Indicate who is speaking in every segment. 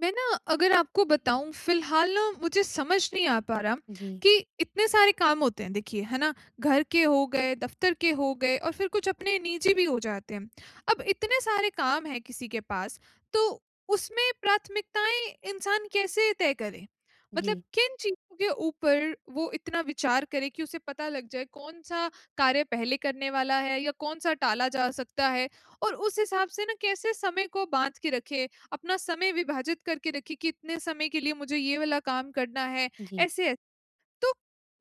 Speaker 1: मैं ना, अगर आपको बताऊँ फिलहाल ना मुझे समझ नहीं आ पा रहा
Speaker 2: जी,
Speaker 1: कि इतने सारे काम होते हैं देखिए, है ना? घर के हो गए, दफ़्तर के हो गए और फिर कुछ अपने निजी भी हो जाते हैं। अब इतने सारे काम हैं किसी के पास, तो उसमें प्राथमिकताएँ इंसान कैसे तय करे?
Speaker 2: जी,
Speaker 1: मतलब किन चीज़ों के ऊपर वो इतना विचार करे कि उसे पता लग जाए कौन-सा कार्य पहले करने वाला है या कौन-सा टाला जा सकता है, और उस हिसाब से ना कैसे समय को बाँध के रखे, अपना समय विभाजित करके रखिए कि इतने समय के लिए मुझे ये वाला काम करना है,
Speaker 2: जी,
Speaker 1: ऐसे-ऐसे। तो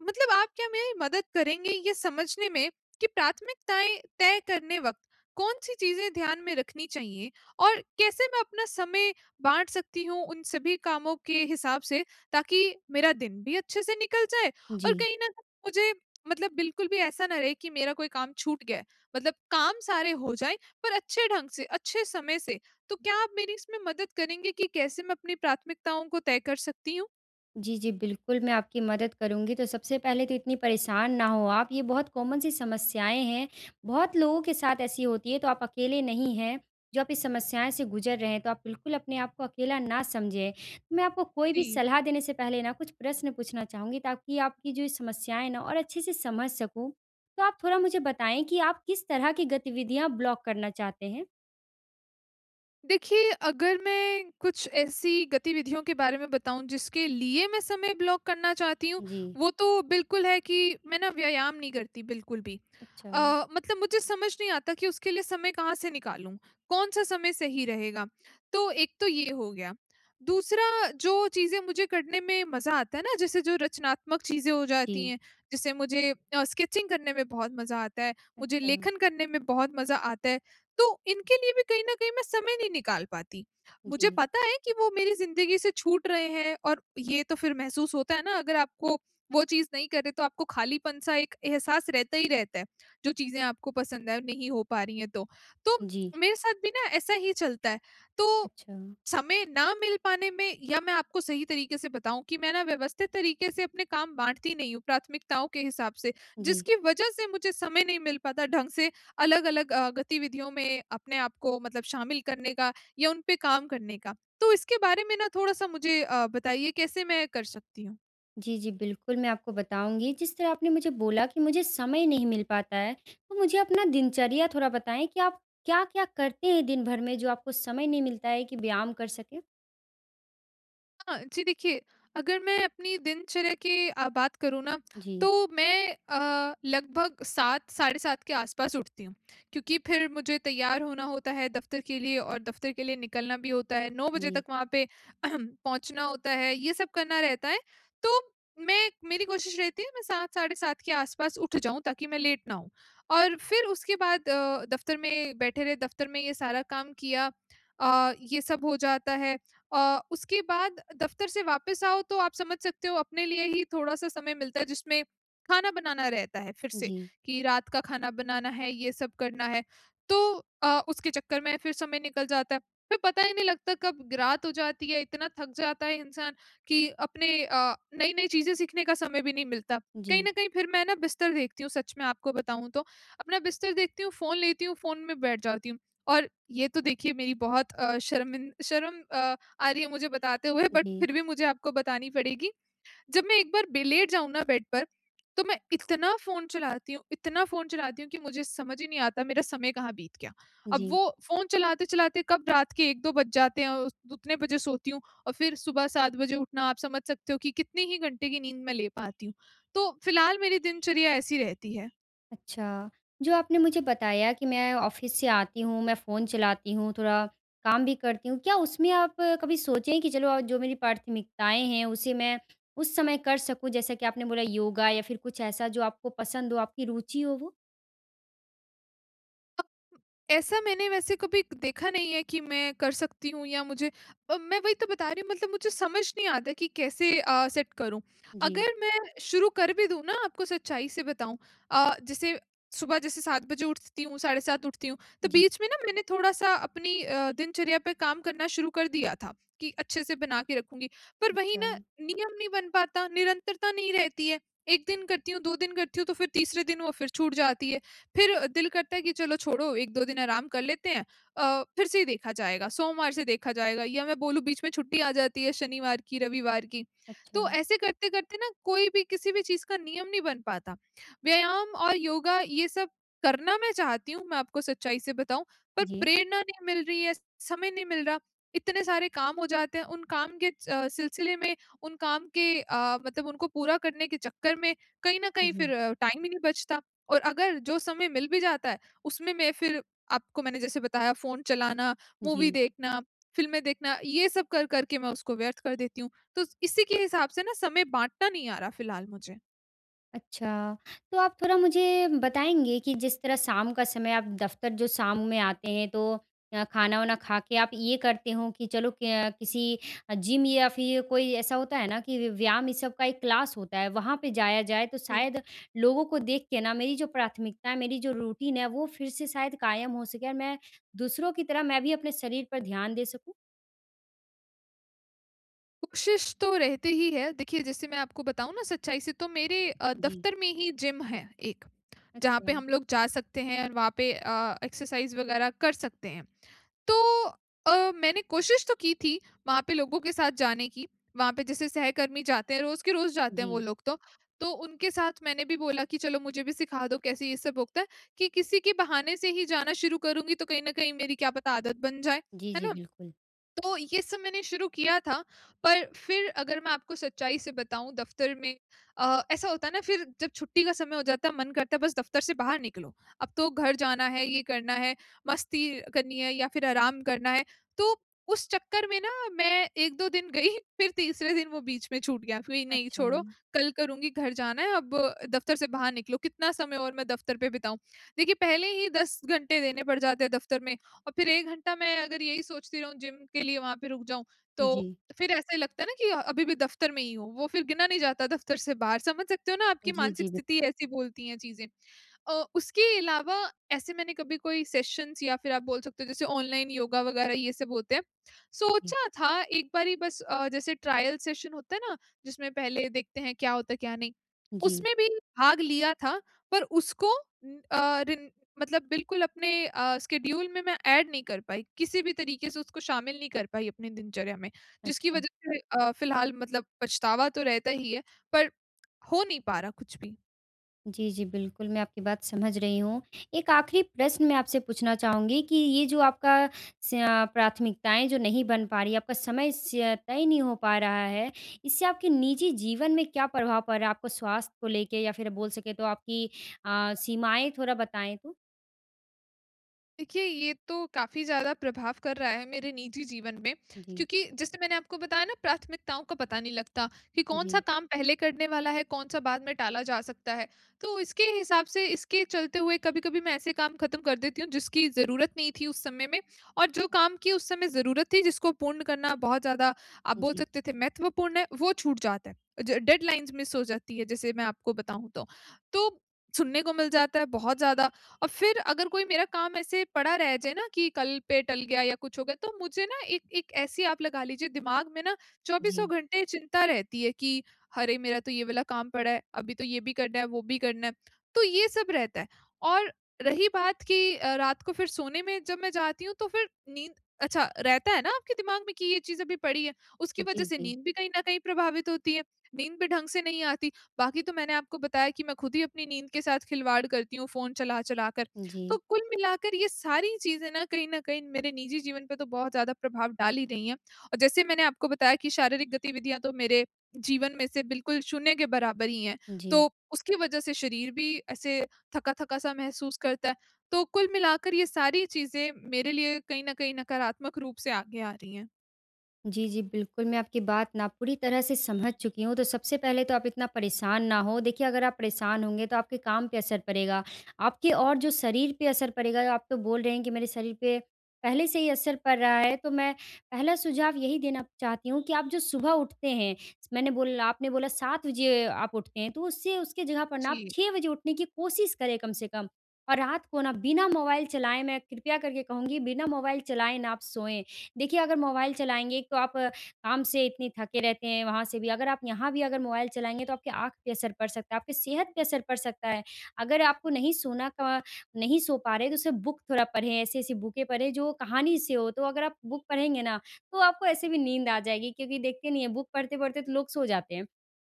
Speaker 1: मतलब आप क्या मेरी मदद करेंगे ये समझने में कि प्राथमिकताएं तय करने वक्त कौन सी चीजें ध्यान में रखनी चाहिए और कैसे मैं अपना समय बांट सकती हूँ उन सभी कामों के हिसाब से, ताकि मेरा दिन भी अच्छे से निकल जाए और
Speaker 2: जी।
Speaker 1: कहीं ना कहीं मुझे, मतलब बिल्कुल भी ऐसा ना रहे कि मेरा कोई काम छूट गया है। मतलब काम सारे हो जाएं पर अच्छे ढंग से, अच्छे समय से। तो क्या आप मेरी इसमें मदद करेंगे कि कैसे मैं अपनी प्राथमिकताओं को तय कर सकती हूँ?
Speaker 2: जी, जी, बिल्कुल मैं आपकी मदद करूँगी। तो सबसे पहले तो इतनी परेशान ना हो आप, ये बहुत कॉमन सी समस्याएँ हैं, बहुत लोगों के साथ ऐसी होती है, तो आप अकेले नहीं हैं, जो आप इस समस्याएँ से गुज़र रहे हैं, तो आप बिल्कुल अपने आप को अकेला ना समझें। तो मैं आपको कोई भी
Speaker 1: जी
Speaker 2: सलाह देने से पहले ना कुछ प्रश्न पूछना चाहूँगी ताकि आपकी जो ये समस्याएँ ना और अच्छे से समझ सकूँ। तो आप थोड़ा मुझे बताएँ कि आप किस तरह की गतिविधियाँ ब्लॉक करना चाहते हैं?
Speaker 1: देखिए, अगर मैं कुछ ऐसी गतिविधियों के बारे में बताऊँ जिसके लिए मैं समय ब्लॉक करना चाहती हूँ,
Speaker 2: जी,
Speaker 1: वो तो बिल्कुल है कि मैं ना व्यायाम नहीं करती बिल्कुल भी।
Speaker 2: अच्छा,
Speaker 1: अ, मतलब मुझे समझ नहीं आता कि उसके लिए समय कहाँ से निकालूँ? कौन-सा समय सही रहेगा? तो एक तो ये हो गया। दूसरा, जो चीज़ें मुझे करने में मज़ा आता है ना, जैसे जो रचनात्मक चीज़ें हो जाती
Speaker 2: जी,
Speaker 1: हैं, जैसे मुझे स्केचिंग करने में बहुत मज़ा आता है, मुझे
Speaker 2: अच्छा,
Speaker 1: लेखन करने में बहुत मज़ा आता है। तो इनके लिए भी कहीं न कहीं मैं समय नहीं निकाल पाती। मुझे
Speaker 2: जी।
Speaker 1: पता है कि वो मेरी ज़िंदगी से छूट रहे हैं, और ये तो फिर महसूस होता है ना, अगर आपको वो चीज़ नहीं करे तो आपको खालीपन-सा एक एहसास रहता ही रहता है, जो चीज़ें आपको पसंद है और नहीं हो पा रही हैं तो। तो
Speaker 2: जी,
Speaker 1: मेरे साथ भी ना ऐसा ही चलता है। तो
Speaker 2: अच्छा।
Speaker 1: समय ना मिल पाने में, या मैं आपको सही तरीके से बताऊँ कि मैं ना व्यवस्थित तरीके से अपने काम बाँटती नहीं हूँ प्राथमिकताओं के हिसाब से,
Speaker 2: जी।
Speaker 1: जिसकी वज़ह से मुझे समय नहीं मिल पाता ढंग से अलग-अलग गतिविधियों में अपने आप को, मतलब शामिल करने का, या उन पे काम करने का। तो इसके बारे में ना थोड़ा-सा मुझे बताइए कैसे मैं कर सकती हूँ?
Speaker 2: जी, जी, बिल्कुल मैं आपको बताऊँगी। जिस तरह आपने मुझे बोला कि मुझे समय नहीं मिल पाता है, तो मुझे अपना दिनचर्या थोड़ा बताएँ कि आप क्या-क्या करते हैं दिन भर में जो आपको समय नहीं मिलता है कि व्यायाम कर सकें?
Speaker 1: हाँ, जी देखिए, अगर मैं अपनी दिनचर्या की बात करूँ ना,
Speaker 2: जी,
Speaker 1: तो मैं लगभग 7 साढ़े 7 के आसपास उठती हूँ, क्योंकि फिर मुझे तैयार होना होता है दफ़्तर के लिए और दफ़्तर के लिए निकलना भी होता है, 9 बजे तक
Speaker 2: जी,
Speaker 1: वहाँ पे पहुँचना होता है, ये सब करना रहता है। तो मैं मेरी कोशिश रहती है मैं 7 साढ़े 7 के आसपास उठ जाऊँ, ताकि मैं लेट ना हूँ, और फिर उसके बाद दफ़्तर में बैठे रहे, दफ़्तर में ये सारा काम किया, ये सब हो जाता है। उसके बाद दफ़्तर से वापस आओ, तो आप समझ सकते हो अपने लिए ही थोड़ा-सा समय मिलता है, जिसमें खाना बनाना रहता है फिर से,
Speaker 2: जी,
Speaker 1: कि रात का खाना बनाना है, ये सब करना है। तो उसके चक्कर में फिर समय निकल जाता है। फिर पता ही नहीं लगता कब रात हो जाती है, इतना थक जाता है इंसान कि अपने नई-नई चीज़ें सीखने का समय भी नहीं मिलता। कहीं
Speaker 2: जी,
Speaker 1: न कहीं फिर मैं ना बिस्तर देखती हूँ, सच में आपको बताऊँ तो। अपना बिस्तर देखती हूँ, फ़ोन लेती हूँ, फ़ोन में बैठ जाती हूँ। और ये तो देखिए मेरी बहुत शर्म आ रही है मुझे बताते हुए, बट
Speaker 2: जी,
Speaker 1: फिर भी मुझे आपको बतानी पड़ेगी। जब मैं एक बार बे लेट जाऊँ ना बेड पर, तो मैं इतना फ़ोन चलाती हूँ, इतना फ़ोन चलाती हूँ कि मुझे समझ ही नहीं आता मेरा समय कहाँ बीत गया। अब
Speaker 2: जी।
Speaker 1: वो फ़ोन चलाते-चलाते कब रात के 1-2 बज जाते हैं, और उतने बजे सोती हूँ, और फिर सुबह 7 बजे उठना आप समझ सकते हो कि कितने ही घंटे की नींद मैं ले पाती हूँ। तो फिलहाल मेरी दिनचर्या ऐसी रहती है।
Speaker 2: अच्छा, जो आपने मुझे बताया कि मैं ऑफ़िस से आती हूँ, मैं फ़ोन चलाती हूँ, थोड़ा काम भी करती हूँ। क्या उसमें आप कभी सोचे हैं कि चलो जो मेरी प्राथमिकताएँ हैं, उसे मैं उस समय कर सकूँ? जैसा कि आपने बोला योगा या फिर कुछ ऐसा जो आपको पसंद हो, आपकी रुचि हो वो?
Speaker 1: ऐसा मैंने वैसे कभी देखा नहीं है कि मैं कर सकती हूँ या मुझे मैं वही तो बता रही हूँ, मतलब मुझे समझ नहीं आता कि कैसे सेट करूँ।
Speaker 2: जी,
Speaker 1: अगर मैं शुरू कर भी दूँ ना, आपको सच्चाई से बताऊँ, जैसे सुबह जैसे 7 बजे उठती हूँ, 7:30 उठती हूँ, तो
Speaker 2: जी।
Speaker 1: बीच में ना मैंने थोड़ा-सा अपनी दिनचर्या पे काम करना शुरू कर दिया था कि अच्छे से बना के रखूँगी। पर वही
Speaker 2: अच्छा,
Speaker 1: ना, नियम नहीं बन पाता, निरंतरता नहीं रहती है। 1 दिन करती हूँ, 2 दिन करती हूँ, तो फिर तीसरे दिन वो फिर छूट जाती है। फिर दिल करता है कि चलो छोड़ो, 1-2 दिन आराम कर लेते हैं, फिर से ही देखा जाएगा, सोमवार से देखा जाएगा, या मैं बोलूँ बीच में छुट्टी आ जाती है शनिवार की, रविवार की।
Speaker 2: अच्छा।
Speaker 1: तो ऐसे करते-करते ना कोई भी किसी भी चीज़ का नियम नहीं बन पाता। व्यायाम और योगा ये सब करना मैं चाहती हूँ, मैं आपको सच्चाई से बताऊँ, पर
Speaker 2: जी,
Speaker 1: प्रेरणा नहीं मिल रही है, समय नहीं मिल रहा। इतने सारे काम हो जाते हैं, उन काम के सिलसिले में, उन काम के, मतलब उनको पूरा करने के चक्कर में, कहीं न कहीं फिर
Speaker 2: जी,
Speaker 1: टाइम ही नहीं बचता। और अगर जो समय मिल भी जाता है, उसमें मैं फिर, आपको मैंने जैसे बताया, फ़ोन चलाना,
Speaker 2: जी।
Speaker 1: मूवी देखना, फ़िल्में देखना, ये सब कर कर के मैं उसको व्यर्थ कर देती हूँ। तो इसी के हिसाब से ना समय बाँटना नहीं आ रहा फ़िलहाल मुझे।
Speaker 2: अच्छा, तो आप थोड़ा मुझे बताएँगे कि जिस तरह शाम का समय आप दफ़्तर जो शाम में आते हैं तो खाना-वाना खा के आप ये करते हो कि चलो क किसी जिम या फिर कोई ऐसा होता है ना कि व्यायाम ये सब का एक क्लास होता है, वहाँ पे जाया जाए तो
Speaker 1: जी।
Speaker 2: शायद लोगों को देख के ना मेरी जो प्राथमिकता है, मेरी जो रूटीन है वो फिर से शायद कायम हो सके और मैं दूसरों की तरह मैं भी अपने शरीर पर ध्यान दे सकूँ?
Speaker 1: कोशिश तो रहती ही है। देखिए, जैसे मैं आपको बताऊँ ना सच्चाई से, तो मेरे
Speaker 2: जी,
Speaker 1: दफ़्तर में ही जिम है एक। जहाँ पे
Speaker 2: अच्छा,
Speaker 1: हम लोग जा सकते हैं, और वहाँ पे एक्सरसाइज़ वगैरह कर सकते हैं। तो मैंने कोशिश तो की थी वहाँ पे लोगों के साथ जाने की। वहाँ पे जैसे सहकर्मी जाते हैं, रोज़ के रोज़ जाते हैं
Speaker 2: जी।
Speaker 1: वो लोग तो। तो उनके साथ मैंने भी बोला कि चलो मुझे भी सिखा दो कैसे ये सब होता है, कि किसी के बहाने से ही जाना शुरू करूँगी तो कहीं न कहीं मेरी क्या पता आदत बन जाए,
Speaker 2: जी,
Speaker 1: है
Speaker 2: जी,
Speaker 1: ना?
Speaker 2: बिल्कुल।
Speaker 1: तो ये सब मैंने शुरू किया था, पर फिर अगर मैं आपको सच्चाई से बताऊँ, दफ़्तर में ऐसा होता है ना, फिर जब छुट्टी का समय हो जाता है, मन करता है बस दफ़्तर से बाहर निकलो। अब तो घर जाना है, ये करना है, मस्ती करनी है, या फिर आराम करना है। तो उस चक्कर में ना मैं 1-2 दिन गई, फिर तीसरे दिन वो बीच में छूट गया कि नहीं
Speaker 2: अच्छा,
Speaker 1: छोड़ो, कल करूँगी, घर जाना है, अब दफ़्तर से बाहर निकलो, कितना समय और मैं दफ़्तर पे बिताऊँ। देखिए, पहले ही 10 घंटे देने पड़ जाते हैं दफ़्तर में। और फिर 1 घंटा मैं अगर यही सोचती रहूँ जिम के लिए वहाँ पे रुक जाऊँ, तो
Speaker 2: जी।
Speaker 1: फिर ऐसा लगता है ना कि अभी भी दफ़्तर में ही हूँ, वो फिर गिना नहीं जाता दफ़्तर से बाहर। समझ सकते हो ना, आपकी
Speaker 2: जी, जी,
Speaker 1: मानसिक
Speaker 2: बिल्कुल,
Speaker 1: स्थिति ऐसी बोलती हैं चीज़ें। उसके अलावा ऐसे मैंने कभी कोई सेशंस, या फिर आप बोल सकते हो जैसे ऑनलाइन योगा वग़ैरह ये सब होते हैं।
Speaker 2: जी।
Speaker 1: सोचा था एक बारी बस जैसे ट्रायल सेशन होता है ना, जिसमें पहले देखते हैं क्या होता है क्या नहीं,
Speaker 2: जी।
Speaker 1: उसमें भी भाग लिया था, पर उसको उम, अ, रिन मतलब बिल्कुल अपने स्केड्यूल में मैं ऐड नहीं कर पाई, किसी भी तरीके से उसको शामिल नहीं कर पाई अपनी दिनचर्या में, जिसकी
Speaker 2: अच्छा।
Speaker 1: वजह से फिलहाल मतलब पछतावा तो रहता ही है, पर हो नहीं पा रहा कुछ भी।
Speaker 2: जी, जी, बिल्कुल, मैं आपकी बात समझ रही हूँ। एक आखिरी प्रश्न मैं आपसे पूछना चाहूँगी कि ये जो आपका प्राथमिकताएँ जो नहीं बन पा रही, आपका समय स तय नहीं हो पा रहा है, इससे आपके निजी जीवन में क्या प्रभाव पड़ रहा है? आपको स्वास्थ्य को लेके या फिर बोल सकें तो आपकी सीमाएँ थोड़ा बताएँ तो?
Speaker 1: देखिए, ये तो काफ़ी ज़्यादा प्रभाव कर रहा है मेरे निजी जीवन में,
Speaker 2: जी,
Speaker 1: क्योंकि जैसे मैंने आपको बताया ना, प्राथमिकताओं का पता नहीं लगता कि कौन-सा
Speaker 2: जी,
Speaker 1: काम पहले करने वाला है, कौन-सा बाद में टाला जा सकता है। तो इसके हिसाब से, इसके चलते हुए, कभी-कभी मैं ऐसे काम ख़त्म कर देती हूँ जिसकी ज़रूरत नहीं थी उस समय में, और जो काम की उस समय ज़रूरत थी, जिसको पूर्ण करना बहुत ज़्यादा, आप बोल
Speaker 2: जी,
Speaker 1: सकते थे, महत्वपूर्ण है, वो छूट जाता है। ज डेडलाइन्स मिस हो जाती है, जैसे मैं आपको बताऊँ तो। तो सुनने को मिल जाता है बहुत ज़्यादा, और फिर अगर कोई मेरा काम ऐसे पड़ा रह जाए ना कि कल पे टल गया या कुछ हो गया, तो मुझे ना एक एक ऐसी, आप लगा लीजिए दिमाग में ना, चौबीसों
Speaker 2: जी,
Speaker 1: घंटे चिंता रहती है कि, अरे! मेरा तो ये वाला काम पड़ा है, अभी तो ये भी करना है, वो भी करना है। तो ये सब रहता है और रही बात कि रात को फिर सोने में जब मैं जाती हूँ तो फिर नींद, अच्छा रहता है ना आपके दिमाग में कि ये चीज़ अभी पड़ी है, उसकी वज़ह
Speaker 2: जी,
Speaker 1: से
Speaker 2: जी,
Speaker 1: नींद भी कहीं न कहीं प्रभावित होती है, नींद भी ढंग से नहीं आती। बाकी तो मैंने आपको बताया कि मैं खुद ही अपनी नींद के साथ खिलवाड़ करती हूँ फ़ोन चला-चला कर। तो
Speaker 2: जी,
Speaker 1: कुल मिलाकर ये सारी चीज़ें ना कहीं न कहीं मेरे निजी जीवन पे तो बहुत ज़्यादा प्रभाव डाल ही रही हैं, और जैसे मैंने आपको बताया कि शारीरिक गतिविधियाँ तो मेरे जीवन में से बिल्कुल शून्य के बराबर ही हैं। तो
Speaker 2: जी।
Speaker 1: उसकी वज़ह से शरीर भी ऐसे थका-थका सा महसूस करता है। तो कुल मिलाकर ये सारी चीज़ें मेरे लिए कहीं न कहीं नकारात्मक रूप से आगे आ रही हैं।
Speaker 2: जी, जी, बिल्कुल, मैं आपकी बात ना पूरी तरह से समझ चुकी हूँ। तो सबसे पहले तो आप इतना परेशान ना हों। देखिए, अगर आप परेशान होंगे तो आपके काम पे असर पड़ेगा, आपके और जो शरीर पे असर पड़ेगा। आप तो बोल रहे हैं कि मेरे शरीर पे पहले से ही असर पड़ रहा है। तो मैं पहला सुझाव यही देना चाहती हूँ कि आप जो सुबह उठते हैं, मैंने बोला आपने बोला 7 बजे आप उठते हैं, तो उससे उसके जगह पर ना आप
Speaker 1: जी।
Speaker 2: 6 बजे उठने की कोशिश करें कम से कम। और रात को ना बिना मोबाइल चलाएँ, मैं कृपया करके कहूँगी बिना मोबाइल चलाए ना आप सोएँ। देखिए, अगर मोबाइल चलाएँगे तो आप काम से इतनी थके रहते हैं, वहाँ से भी अगर आप यहाँ भी अगर मोबाइल चलाएँगे तो आपकी आँख पे असर पड़ सकता है, आपकी सेहत पे असर पड़ सकता है। अगर आपको नहीं सोना का नहीं सो पा रहे तो सिर्फ़ बुक थोड़ा पढ़ें, ऐसी-ऐसी बुकें पढ़ें जो कहानी से हो, तो अगर आप बुक पढ़ेंगे ना, तो आपको ऐसे भी नींद आ जाएगी क्योंकि देखते नहीं है बुक पढ़ते-पढ़ते तो लोग सो जाते हैं।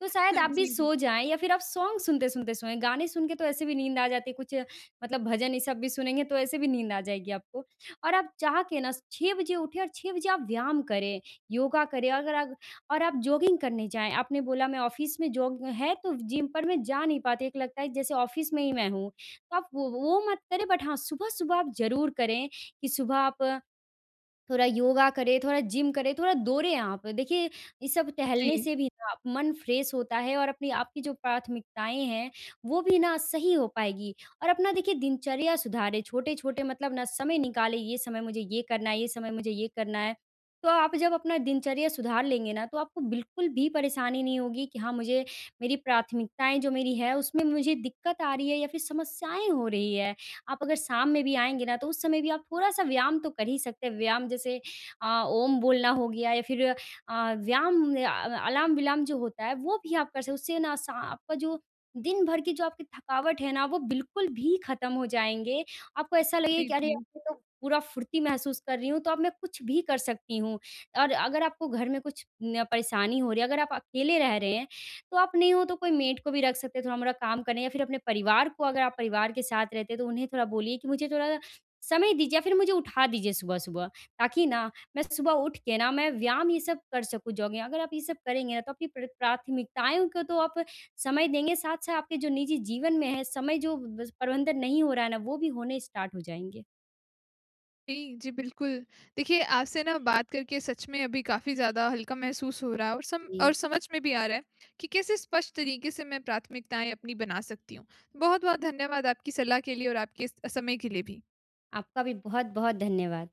Speaker 2: तो शायद आप भी
Speaker 1: जी, जी।
Speaker 2: सो जाएँ या फिर आप सॉन्ग सुनते-सुनते सोएँ। गाने सुन के तो ऐसे भी नींद आ जाती है, कुछ मतलब भजन ये सब भी सुनेंगे तो ऐसे भी नींद आ जाएगी आपको। और आप चाह के ना 6 बजे उठें और 6 बजे आप व्यायाम करें, योगा करें अगर आप और आप जॉगिंग करने जाएँ। आपने बोला मैं ऑफ़िस में जॉग है तो जिम पर मैं जा नहीं पाती, एक लगता है जैसे ऑफ़िस में ही मैं हूँ। तो आप वो मत करें बट हाँ, सुबह-सुबह आप ज़रूर करें कि सुबह आप थोड़ा योगा करें, थोड़ा जिम करें, थोड़ा दौड़ें आप। देखिए, ये सब टहलने से भी ना आप मन फ्रेश होता है और अपनी आपकी जो प्राथमिकताएँ हैं, वो भी ना सही हो पाएगी। और अपना देखिए दिनचर्या सुधारें, छोटे-छोटे मतलब ना समय निकालें, ये समय मुझे ये करना है, ये समय मुझे ये करना है। तो आप जब अपना दिनचर्या सुधार लेंगे ना, तो आपको बिल्कुल भी परेशानी नहीं होगी कि हाँ, मुझे मेरी प्राथमिकताएँ जो मेरी है, उसमें मुझे दिक्कत आ रही है या फिर समस्याएँ हो रही है। आप अगर शाम में भी आएँगे ना, तो उस समय भी आप थोड़ा-सा व्यायाम तो कर ही सकते हैं। व्यायाम जैसे ओम बोलना हो गया या फिर व्यायाम अलार्म-विलार्म जो होता है, वो भी आप कर सकते हो। उससे ना सा आपका जो दिन भर की जो आपकी थकावट है ना, वो बिल्कुल भी ख़त्म हो जाएँगे। आपको ऐसा लगेगा
Speaker 1: जी,
Speaker 2: कि अरे! अब
Speaker 1: जी।
Speaker 2: मैं तो पूरा फुर्ती महसूस कर रही हूँ, तो अब मैं कुछ भी कर सकती हूँ। और अगर आपको घर में कुछ न परेशानी हो रही है, अगर आप अकेले रह रहे हैं तो आप नहीं हो तो कोई मेड को भी रख सकते हैं थोड़ा-मोड़ा काम करने या फिर अपने परिवार को अगर आप परिवार के साथ रहते हैं तो उन्हें थोड़ा बोलिए कि मुझे थोड़ा समय दीजिए या फिर मुझे उठा दीजिए सुबह-सुबह ताकि ना मैं सुबह उठ के ना मैं व्यायाम ये सब कर सकूँ जॉगिंग। अगर आप ये सब करेंगे ना तो अपनी प्राथमिकताओं को तो आप समय देंगे, साथ-साथ आपके जो निजी जीवन में है समय जो ब प्रबंधन नहीं हो रहा है ना वो भी होने स्टार्ट हो जाएँगे।
Speaker 1: जी, जी, बिल्कुल। देखिए, आपसे ना बात करके सच में अभी काफ़ी ज़्यादा हल्का महसूस हो रहा है, और सम
Speaker 2: जी।
Speaker 1: और समझ में भी आ रहा है कि कैसे स्पष्ट तरीके से मैं प्राथमिकताएँ अपनी बना सकती हूँ। बहुत-बहुत धन्यवाद आपकी सलाह के लिए और आपके इस समय के लिए भी।
Speaker 2: आपका भी बहुत-बहुत धन्यवाद।